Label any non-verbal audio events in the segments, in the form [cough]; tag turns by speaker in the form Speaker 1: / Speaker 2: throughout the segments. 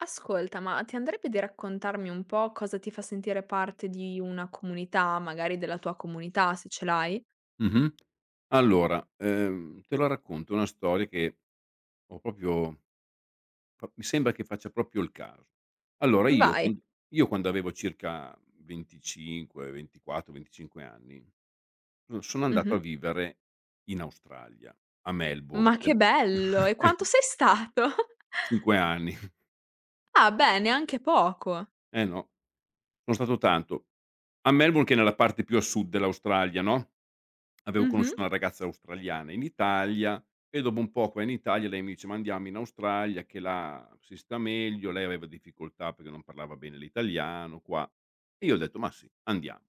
Speaker 1: Ascolta, ma ti andrebbe di raccontarmi un po' cosa ti fa sentire parte di una comunità, magari della tua comunità, se ce l'hai?
Speaker 2: Mh-mh. Allora, te la racconto una storia che ho proprio fa mi sembra che faccia proprio il caso. Allora
Speaker 1: Vai.
Speaker 2: io quando avevo circa 25, 24, 25 anni, sono andato
Speaker 1: Mh-mh.
Speaker 2: a vivere in Australia, a Melbourne.
Speaker 1: Ma che bello! E
Speaker 2: [laughs]
Speaker 1: quanto
Speaker 2: Nel
Speaker 1: sei stato? [laughs]
Speaker 2: 5 anni,
Speaker 1: Ah beh, neanche poco.
Speaker 2: eh no, sono stato tanto. A Melbourne, che è nella parte più a sud dell'Australia, no? Avevo
Speaker 1: Mh-mh.
Speaker 2: conosciuto una ragazza australiana in Italia e dopo un po' qua in Italia lei mi dice: "Ma andiamo in Australia che là si sta meglio." Lei aveva difficoltà perché non parlava bene l'italiano qua. E io ho detto: "Ma sì, andiamo."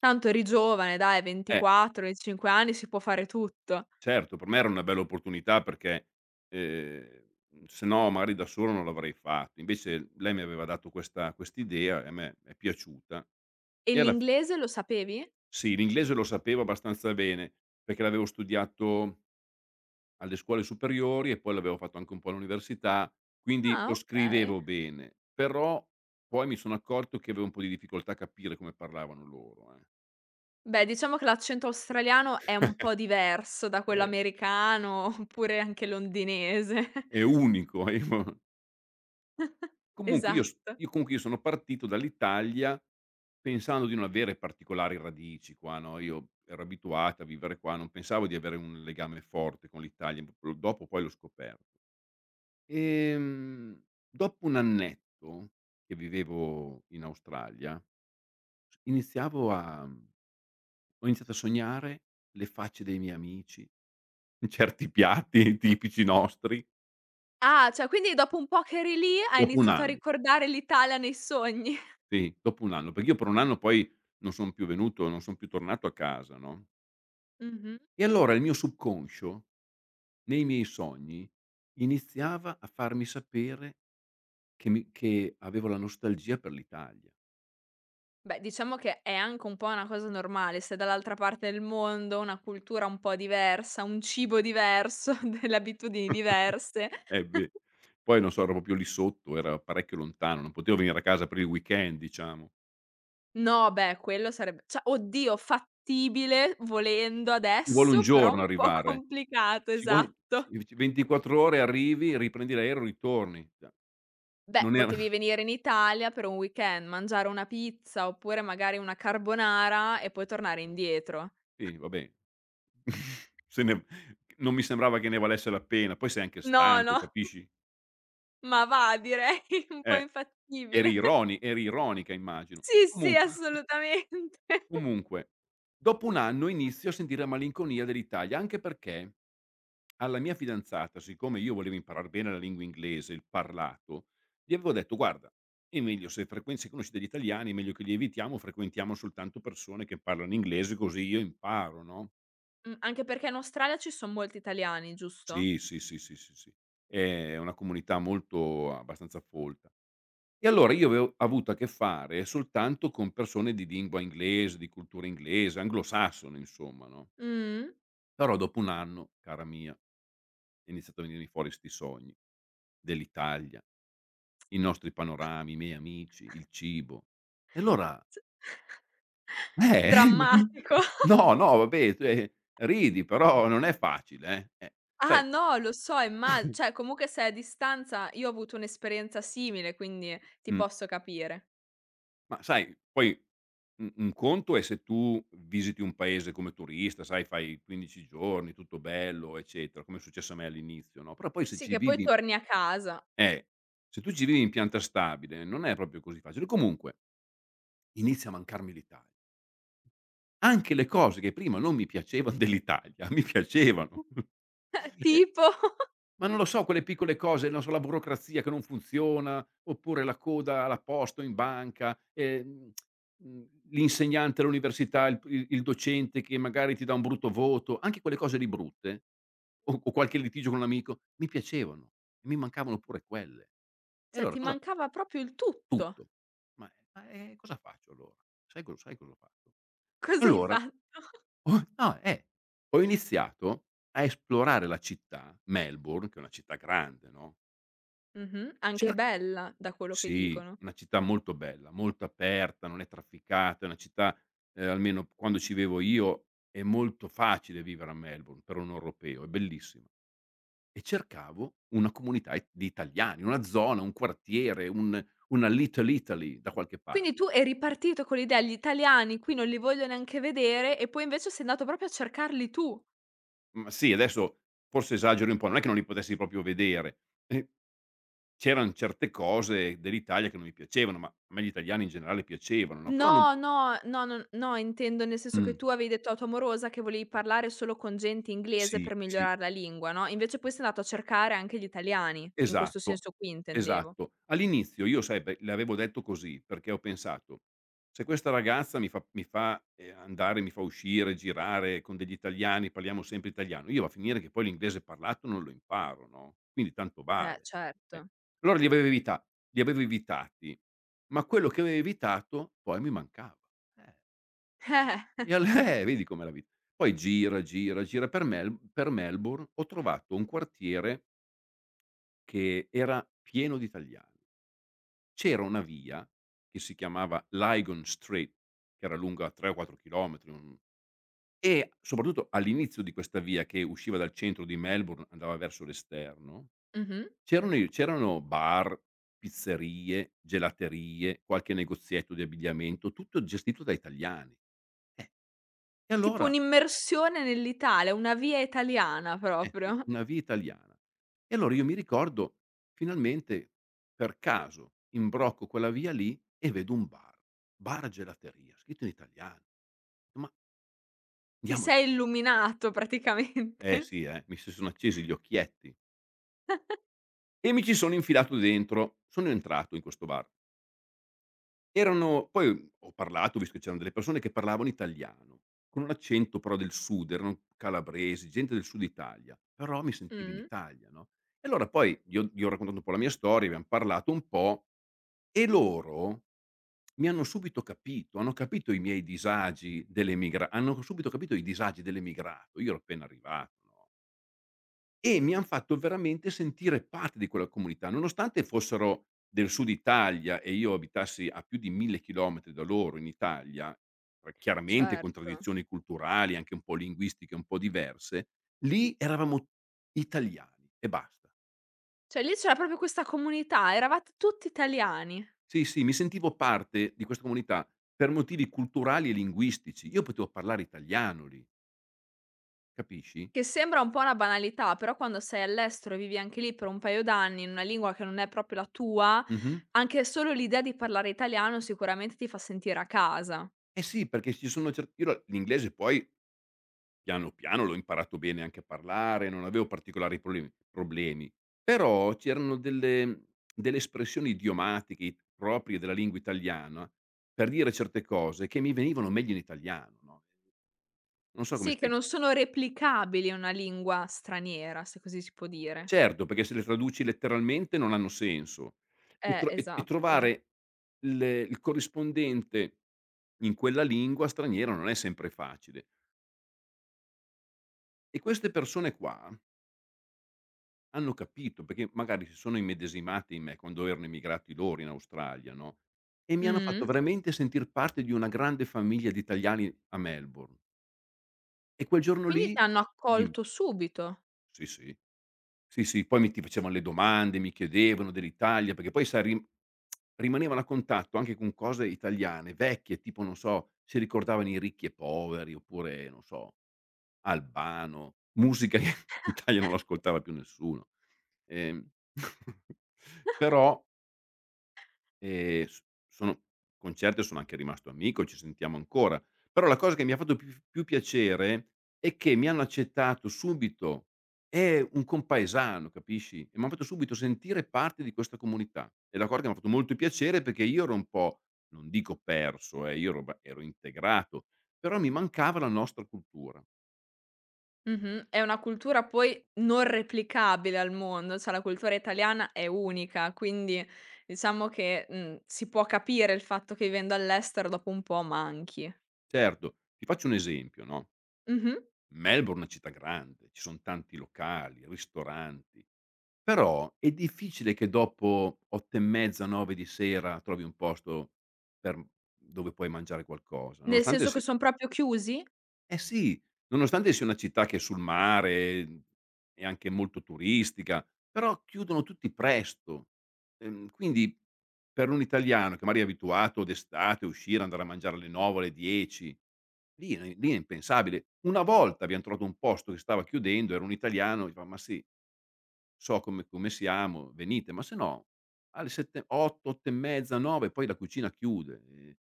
Speaker 1: Tanto eri giovane dai,
Speaker 2: Eh,
Speaker 1: 24, 25 anni, si può fare tutto.
Speaker 2: certo, per me era una bella opportunità perché, sennò magari da solo non l'avrei fatto. Invece lei mi aveva dato questa quest'idea e a me è piaciuta.
Speaker 1: E
Speaker 2: E alla f
Speaker 1: l'inglese lo sapevi?
Speaker 2: Sì, l'inglese lo sapevo abbastanza bene perché l'avevo studiato alle scuole superiori e poi l'avevo fatto anche un po' all'università, quindi
Speaker 1: Ah
Speaker 2: lo
Speaker 1: okay.
Speaker 2: scrivevo bene, però poi mi sono accorto che avevo un po' di difficoltà a capire come parlavano loro, eh.
Speaker 1: Beh, diciamo che l'accento australiano è un po'
Speaker 2: [laughs]
Speaker 1: diverso da quello
Speaker 2: Eh.
Speaker 1: americano, [laughs] oppure anche londinese. [laughs]
Speaker 2: È unico, [laughs] io comunque io s
Speaker 1: Esatto.
Speaker 2: io comunque io sono partito dall'Italia pensando di non avere particolari radici qua, no, io ero abituato a vivere qua, non pensavo di avere un legame forte con l'Italia, lo dopo poi l'ho scoperto. Ehm, Dopo 1 annetto che vivevo in Australia Iniziavo a ho iniziato a sognare le facce dei miei amici, [laughs] certi piatti tipici nostri,
Speaker 1: Ah, cioè quindi dopo un po' che eri lì, hai
Speaker 2: dopo 1
Speaker 1: iniziato a
Speaker 2: anno.
Speaker 1: ricordare l'Italia nei sogni. [laughs]
Speaker 2: Sì, dopo 1 anno, perché io per 1 anno poi non son più venuto, non son più tornato a casa, no,
Speaker 1: Mh-mh.
Speaker 2: e allora il mio subconscio, nei miei sogni, iniziava a farmi sapere che avevo la nostalgia per l'Italia.
Speaker 1: Beh, diciamo che è anche un po' una cosa normale, sei dall'altra parte del mondo, una cultura un po' diversa, un cibo diverso, [laughs] delle abitudini
Speaker 2: [laughs]
Speaker 1: diverse.
Speaker 2: Eh beh, poi non so, ero proprio lì sotto, era parecchio lontano, non potevo venire a casa per il weekend, diciamo.
Speaker 1: No, beh, quello sarebbe cioè oddio, fattibile volendo
Speaker 2: Ci vuole un
Speaker 1: adesso, però un
Speaker 2: giorno
Speaker 1: po' [laughs]
Speaker 2: arrivare.
Speaker 1: complicato,
Speaker 2: Ci vuole
Speaker 1: esatto.
Speaker 2: Sì, ci 24 ore arrivi, riprendi l'aereo, ritorni. Cioè,
Speaker 1: Beh,
Speaker 2: non era
Speaker 1: potevi
Speaker 2: [laughs]
Speaker 1: venire in Italia per un weekend, mangiare una pizza, oppure magari una carbonara e poi tornare indietro.
Speaker 2: sì, vabbè. Se ne Non mi sembrava che ne valesse la pena. Poi sei anche
Speaker 1: No,
Speaker 2: stanco,
Speaker 1: no.
Speaker 2: capisci?
Speaker 1: Ma va, direi [laughs] un po'
Speaker 2: Eh, eri
Speaker 1: infattibile. [laughs]
Speaker 2: ironi eri ironica, immagino.
Speaker 1: Sì, sì,
Speaker 2: Comunque [laughs]
Speaker 1: assolutamente. [laughs]
Speaker 2: comunque, dopo 1 anno inizio a sentire la malinconia dell'Italia, anche perché alla mia fidanzata, siccome io volevo imparar bene la lingua inglese, il parlato, gli avevo detto: "Guarda, è meglio se frequen se conosci degli italiani è meglio che li evitiamo, frequentiamo soltanto persone che parlano inglese così io imparo, no?"
Speaker 1: Anche perché in Australia ci son molti italiani, giusto?
Speaker 2: Sì, sì, sì, sì, sì, sì. È una comunità molto abbastanza folta. E allora io avevo avuto a che fare soltanto con persone di lingua inglese, di cultura inglese, anglosassone insomma, no,
Speaker 1: Mh.
Speaker 2: però dopo un anno, cara mia, è iniziato a venirmi fuori 'sti sogni dell'Italia. I nostri panorami, i miei amici, il cibo. E allora
Speaker 1: S
Speaker 2: eh,
Speaker 1: drammatico.
Speaker 2: [laughs]
Speaker 1: [laughs]
Speaker 2: no, no, vabbè, cioè ridi, però non è facile, eh.
Speaker 1: Ah
Speaker 2: Sai,
Speaker 1: no, lo so, imma cioè
Speaker 2: [clears throat]
Speaker 1: comunque sei a distanza io ho avuto un'esperienza simile, quindi ti
Speaker 2: [laughs] mh,
Speaker 1: posso capire.
Speaker 2: ma sai, poi u un conto è se tu visiti un paese come turista, sai, fai 15 giorni, tutto bello, eccetera, come è successo a me all'inizio, no, però poi se
Speaker 1: Sì,
Speaker 2: ci
Speaker 1: che poi
Speaker 2: vivi,
Speaker 1: torni a casa.
Speaker 2: eh, se tu ci vivi in pianta stabile non è proprio così facile. Comunque inizia a mancarmi l'Italia. Anche le cose che prima non mi piacevano dell'Italia, mi piacevano.
Speaker 1: [laughs]
Speaker 2: [laughs] E
Speaker 1: Tipo, [laughs]
Speaker 2: ma non lo so, quelle piccole cose, non so, la burocrazia che non funziona, oppure la coda alla posta o in banca, l'insegnante all'università, il docente che magari ti dà un brutto voto, anche quelle cose lì brutte, o qualche litigio con un amico, mi piacevano, e mi mancavano pure quelle. E
Speaker 1: cioè
Speaker 2: allora
Speaker 1: ti
Speaker 2: cosa.
Speaker 1: mancava proprio il tutto.
Speaker 2: Tutto. Ma, cosa faccio allora? Sai cosa ho fatto?
Speaker 1: [laughs] Cosa hai
Speaker 2: Allora,
Speaker 1: fatto?
Speaker 2: oh, no, ho iniziato a esplorare la città, Melbourne, che è una città grande, no.
Speaker 1: Mh-mh, anche
Speaker 2: Cer
Speaker 1: bella, da quello che
Speaker 2: Sì,
Speaker 1: dicono.
Speaker 2: una città molto bella, molto aperta, non è trafficata, è una città, almeno quando ci vivevo io, è molto facile vivere a Melbourne per un europeo, è bellissima. E cercavo una comunità i di italiani, una zona, un quartiere, un una Little Italy da qualche par.
Speaker 1: Quindi tu eri partito con l'idea: "Gli italiani qui non li voglio neanche vedere" e poi invece sei andato proprio a cercarli tu.
Speaker 2: Ma sì, adesso forse esagero un po', non è che non li potessi proprio vedere. eh, C'eran certe cose dell'Italia che non mi piacevano, ma a me gli italiani in generale piacevano, no, però non.
Speaker 1: No, no, no, non no, intendo nel senso che
Speaker 2: mh,
Speaker 1: tu avevi detto alla tua amorosa che volevi parlare solo con gente inglese
Speaker 2: sì,
Speaker 1: per
Speaker 2: sì,
Speaker 1: migliorare la lingua, no, invece poi sei andato a cercare anche gli italiani, in questo
Speaker 2: esatto,
Speaker 1: senso qui intendevo.
Speaker 2: esatto. All'inizio, io, sai, pe le avevo detto così, perché ho pensato: "Se questa ragazza mi fa, andare, mi fa uscire, girare con degli italiani, parliamo sempre italiano, io va a finire che poi l'inglese parlato non lo imparo, no, quindi tanto vale". Eh,
Speaker 1: Certo.
Speaker 2: allora li avevo evitati, ma quello che avevo evitato poi mi mancava. Eh. E
Speaker 1: [laughs] Eh.
Speaker 2: al [laughs] vedi com'è la vita. Poi gira, gira, gira, per Melbourne ho trovato un quartiere che era pieno di italiani. C'era una via che si chiamava Lygon Street, che era lunga 3 o 4 chilometri, un e soprattutto all'inizio di questa via che usciva dal centro di Melbourne, andava verso l'esterno,
Speaker 1: Mh-mh.
Speaker 2: c'erano bar, pizzerie, gelaterie, qualche negozietto di abbigliamento, tutto gestito da italiani. Eh, e
Speaker 1: Tipo
Speaker 2: allora.
Speaker 1: un'immersione nell'Italia, una via italiana
Speaker 2: Eh sì,
Speaker 1: proprio.
Speaker 2: una via italiana. E allora io mi ricordo, finalmente, per caso imbrocco quella via lì e vedo un bar, bar gelateria, scritto in italiano. Ma
Speaker 1: Ti
Speaker 2: andiamo.
Speaker 1: sei illuminato
Speaker 2: Eh
Speaker 1: praticamente.
Speaker 2: sì, mi si sono accesi gli occhietti e mi ci sono infilato dentro. Sono entrato in questo bar. Erano poi ho parlato, ho visto che c'erano delle persone che parlavano italiano, con un accento però del sud, erano calabresi, gente del sud Italia, però mi sentivo in
Speaker 1: Mh,
Speaker 2: Italia, no, e allora poi gli ho raccontato un po' la mia storia, abbiam parlato un po' e loro mi hanno subito capito, hanno subito capito i disagi dell'emigrato. Io ero appena arrivato, no. E mi han fatto veramente sentire parte di quella comunità, nonostante fossero del sud Italia e io abitassi a più di 1000 chilometri da loro in Italia, chiaramente con
Speaker 1: certo.
Speaker 2: tradizioni culturali, anche un po' linguistiche un po' diverse, lì eravamo italiani e basta.
Speaker 1: Cioè lì c'era proprio questa comunità, eravate tutti italiani,
Speaker 2: Sì, sì, mi sentivo parte di questa comunità per motivi culturali e linguistici. Io potevo parlare italiano lì, capisci?
Speaker 1: che sembra un po' una banalità, però quando sei all'estero e vivi anche lì per un paio d'anni in una lingua che non è proprio la tua,
Speaker 2: Mh-mh.
Speaker 1: anche solo l'idea di parlare italiano sicuramente ti fa sentire a casa.
Speaker 2: Eh sì, perché ci sono cer io la l'inglese, poi piano piano l'ho imparato bene anche a parlare, non avevo particolari problemi, però c'erano delle espressioni idiomatiche i proprie della lingua italiana, per dire certe cose che mi venivano meglio in italiano, no. Non so come
Speaker 1: Sì, che
Speaker 2: spiega.
Speaker 1: non sono replicabili in una lingua straniera, se così si può dire.
Speaker 2: Certo, perché se le traduci letteralmente non hanno senso, e tro e e
Speaker 1: Esatto.
Speaker 2: trovare il corrispondente in quella lingua straniera non è sempre facile, e queste persone qua hanno capito, perché magari si sono immedesimati in me quando erano emigrati loro in Australia, no, e mi hanno fatto
Speaker 1: Mh.
Speaker 2: veramente sentir parte di una grande famiglia di italiani a Melbourne. E quel giorno
Speaker 1: Quindi
Speaker 2: lì.
Speaker 1: ti hanno
Speaker 2: Dimmi.
Speaker 1: accolto subito.
Speaker 2: Sì, sì. Sì, sì, poi mi ti facevano le domande, mi chiedevano dell'Italia, perché poi, sai, rimanevano a contatto anche con cose italiane, vecchie, tipo non so, si ricordavano i ricchi e poveri, oppure non so, Albano, musica che [laughs] in Italia non l'ascoltava più nessuno. Ehm, [laughs] però. S Sono, con certe sono anche rimasto amico, ci sentiamo ancora, però la cosa che mi ha fatto più piacere è che mi hanno accettato subito. È un compaesano, capisci, e m'han fatto subito sentire parte di questa comunità. È la cosa che m'ha fatto molto piacere perché io ero un po', non dico perso, io ero integrato, però mi mancava la nostra cultura.
Speaker 1: Mh-mh. È una cultura poi non replicabile al mondo, cioè la cultura italiana è unica, quindi diciamo che, si può capire il fatto che vivendo all'estero dopo un po' manchi.
Speaker 2: Certo, ti faccio un esempio, no,
Speaker 1: Mh-mh.
Speaker 2: Melbourne è una città grande, ci son tanti locali, ristoranti. Però è difficile che dopo 8 e mezza, 9 di sera trovi un posto per dove puoi mangiare qualcosa,
Speaker 1: Nel
Speaker 2: nonostante
Speaker 1: senso che
Speaker 2: si
Speaker 1: son proprio chiusi?
Speaker 2: eh sì, nonostante sia una città che è sul mare, è anche molto turistica, però chiudono tutti presto. Quindi per un italiano che magari è abituato d'estate a uscire, andare a mangiare alle 9 alle 10, lì è impensabile. Una volta abbiam trovato un posto che stava chiudendo, era un italiano, fa: "Ma sì, so come siamo, venite, ma se no alle 7 8, 8 e mezza, 9 poi la cucina chiude",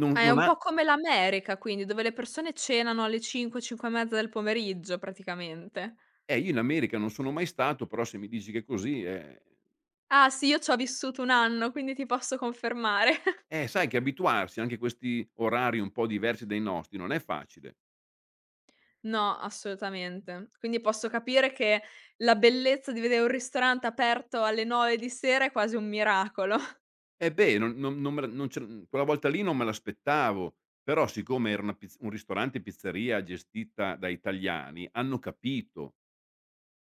Speaker 2: non
Speaker 1: Ah, è
Speaker 2: non
Speaker 1: un
Speaker 2: ha.
Speaker 1: po' come l'America quindi, dove le persone cenano alle 5, 5 e mezza del pomeriggio praticamente.
Speaker 2: Eh, io in America non sono mai stato, però se mi dici che è così, eh,
Speaker 1: Ah sì, io c'ho vissuto 1 anno, quindi ti posso confermare.
Speaker 2: sai che abituarsi anche a questi orari un po' diversi dai nostri non è facile.
Speaker 1: No, assolutamente. Quindi posso capire che la bellezza di vedere un ristorante aperto alle 9 di sera è quasi un miracolo. [laughs]
Speaker 2: Eh beh, non non non me la non ce mhmm, quella volta lì non me l'aspettavo, però siccome era una pizz un ristorante pizzeria gestita da italiani, hanno capito.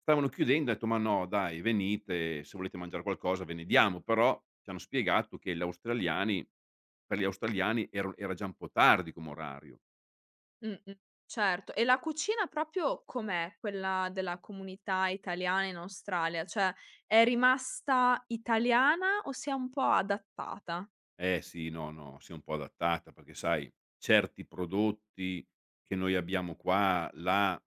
Speaker 2: Stavano chiudendo, ho detto: "Ma no dai, venite, se volete mangiare qualcosa ve ne diamo." Però ci hanno spiegato che gli australiani per gli australiani ero era già un po' tardi come orario.
Speaker 1: Mh-mh. Certo. E la cucina proprio com'è quella della comunità italiana in Australia? Cioè, è rimasta italiana o si è un po' adattata?
Speaker 2: Eh sì, no, no, si è un po' adattata perché, sai, certi prodotti che noi abbiamo qua, là,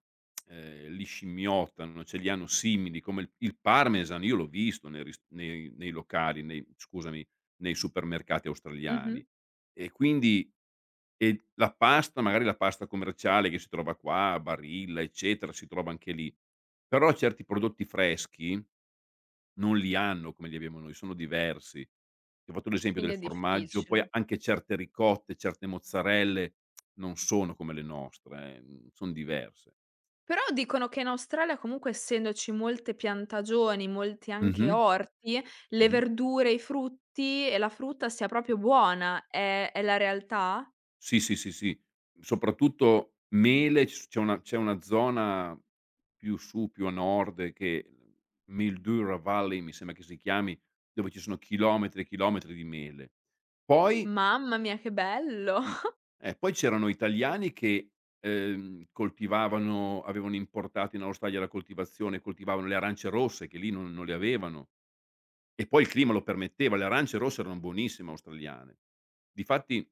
Speaker 2: li scimmiottano, ce li hanno simili, come il parmesan io l'ho visto nei ris nei nei locali, nei, scusami, nei supermercati
Speaker 1: Mh-mh.
Speaker 2: australiani. E quindi. E la pasta, magari la pasta commerciale che si trova qua, a Barilla, eccetera, si trova anche lì. Però certi prodotti freschi non li hanno come li abbiamo noi, sono diversi. Ti ho fatto l'esempio
Speaker 1: Quindi
Speaker 2: del
Speaker 1: è
Speaker 2: formaggio, poi
Speaker 1: difficile.
Speaker 2: anche certe ricotte, certe mozzarelle non sono come le nostre, son diverse.
Speaker 1: Però dicono che in Australia comunque essendoci molte piantagioni, molti anche
Speaker 2: Mh-mh,
Speaker 1: orti, le
Speaker 2: mh-mh.
Speaker 1: verdure, i frutti e la frutta sia proprio buona. È la realtà?
Speaker 2: Sì, sì, sì, sì. Soprattutto mele, c'è una zona più su, più a nord che Mildura Valley mi sembra che si chiami, dove ci sono chilometri e chilometri di mele. Poi
Speaker 1: Mamma mia che bello.
Speaker 2: sì,
Speaker 1: [laughs]
Speaker 2: poi c'erano italiani che, coltivavano avevano importato in Australia la coltivazione, coltivavano le arance rosse che lì non le avevano. E poi il clima lo permetteva, le arance rosse erano buonissime australiane. Difatti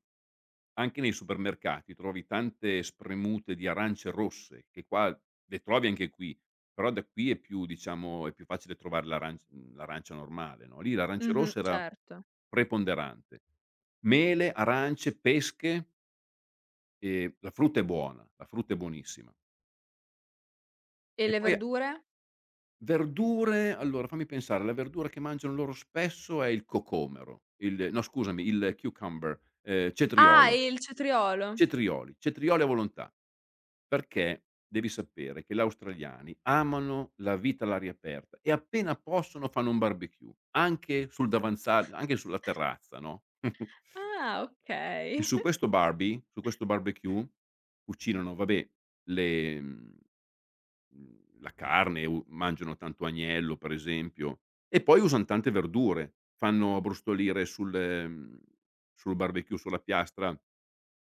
Speaker 2: anche nei supermercati trovi tante spremute di arance rosse, che qua le trovi anche qui, però da qui è più, diciamo, è più facile trovare l'arancia normale, no, lì l'arancia
Speaker 1: Mh-mh,
Speaker 2: rossa era
Speaker 1: certo.
Speaker 2: preponderante. Mele, arance, pesche, e la frutta è buona, la frutta è buonissima.
Speaker 1: E
Speaker 2: E
Speaker 1: le
Speaker 2: poi
Speaker 1: verdure?
Speaker 2: verdure, allora fammi pensare, la verdura che mangiano loro spesso è il cocomero, il, no scusami, il cucumber,
Speaker 1: Ah,
Speaker 2: cetriolo,
Speaker 1: e il cetriolo.
Speaker 2: cetrioli, cetrioli a volontà, perché devi sapere che gli australiani amano la vita all'aria aperta e appena possono fanno un barbecue, anche sul davanzale, anche sulla terrazza, no, [laughs]
Speaker 1: Ah,
Speaker 2: e
Speaker 1: okay.
Speaker 2: su questo barbecue cucinano, vabbè, le mhmm la carne, u mangiano tanto agnello per esempio, e poi usan tante verdure. Fanno brustolire sul barbecue, sulla piastra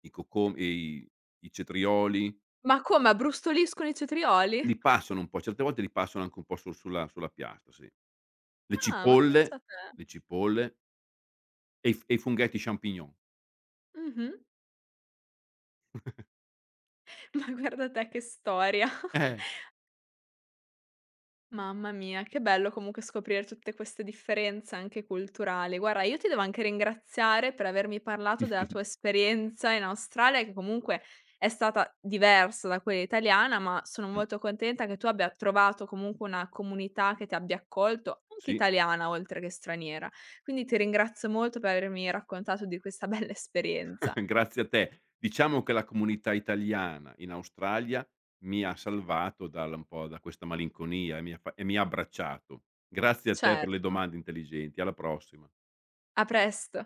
Speaker 2: i cocom i i cetrioli,
Speaker 1: [laughs] Ma come, abbrustolscono i cetrioli?
Speaker 2: li passano un po', certe volte li passano anche un po' su sulla sulla piastra, sì. Le
Speaker 1: Ah, ma pensa
Speaker 2: cipolle,
Speaker 1: te.
Speaker 2: le cipolle e i f e i funghetti champignon.
Speaker 1: Mh-mh. [laughs] Ma guarda te che storia.
Speaker 2: Eh.
Speaker 1: Mamma mia, che bello comunque scoprire tutte queste differenze anche culturali. Guarda, io ti devo anche ringraziare per avermi parlato della tua
Speaker 2: [laughs]
Speaker 1: esperienza in Australia, che comunque è stata diversa da quella italiana, ma sono
Speaker 2: Mh,
Speaker 1: molto contenta che tu abbia trovato comunque una comunità che ti abbia accolto, anche
Speaker 2: sì.
Speaker 1: italiana oltre che straniera. Quindi ti ringrazio molto per avermi raccontato di questa [laughs] bella esperienza.
Speaker 2: [laughs] Grazie a te. Diciamo che la comunità italiana in Australia mi ha salvato dal un po' da questa malinconia e mi ha abbracciato. Grazie a te per le
Speaker 1: Certo,
Speaker 2: domande intelligenti. Alla prossima.
Speaker 1: a presto.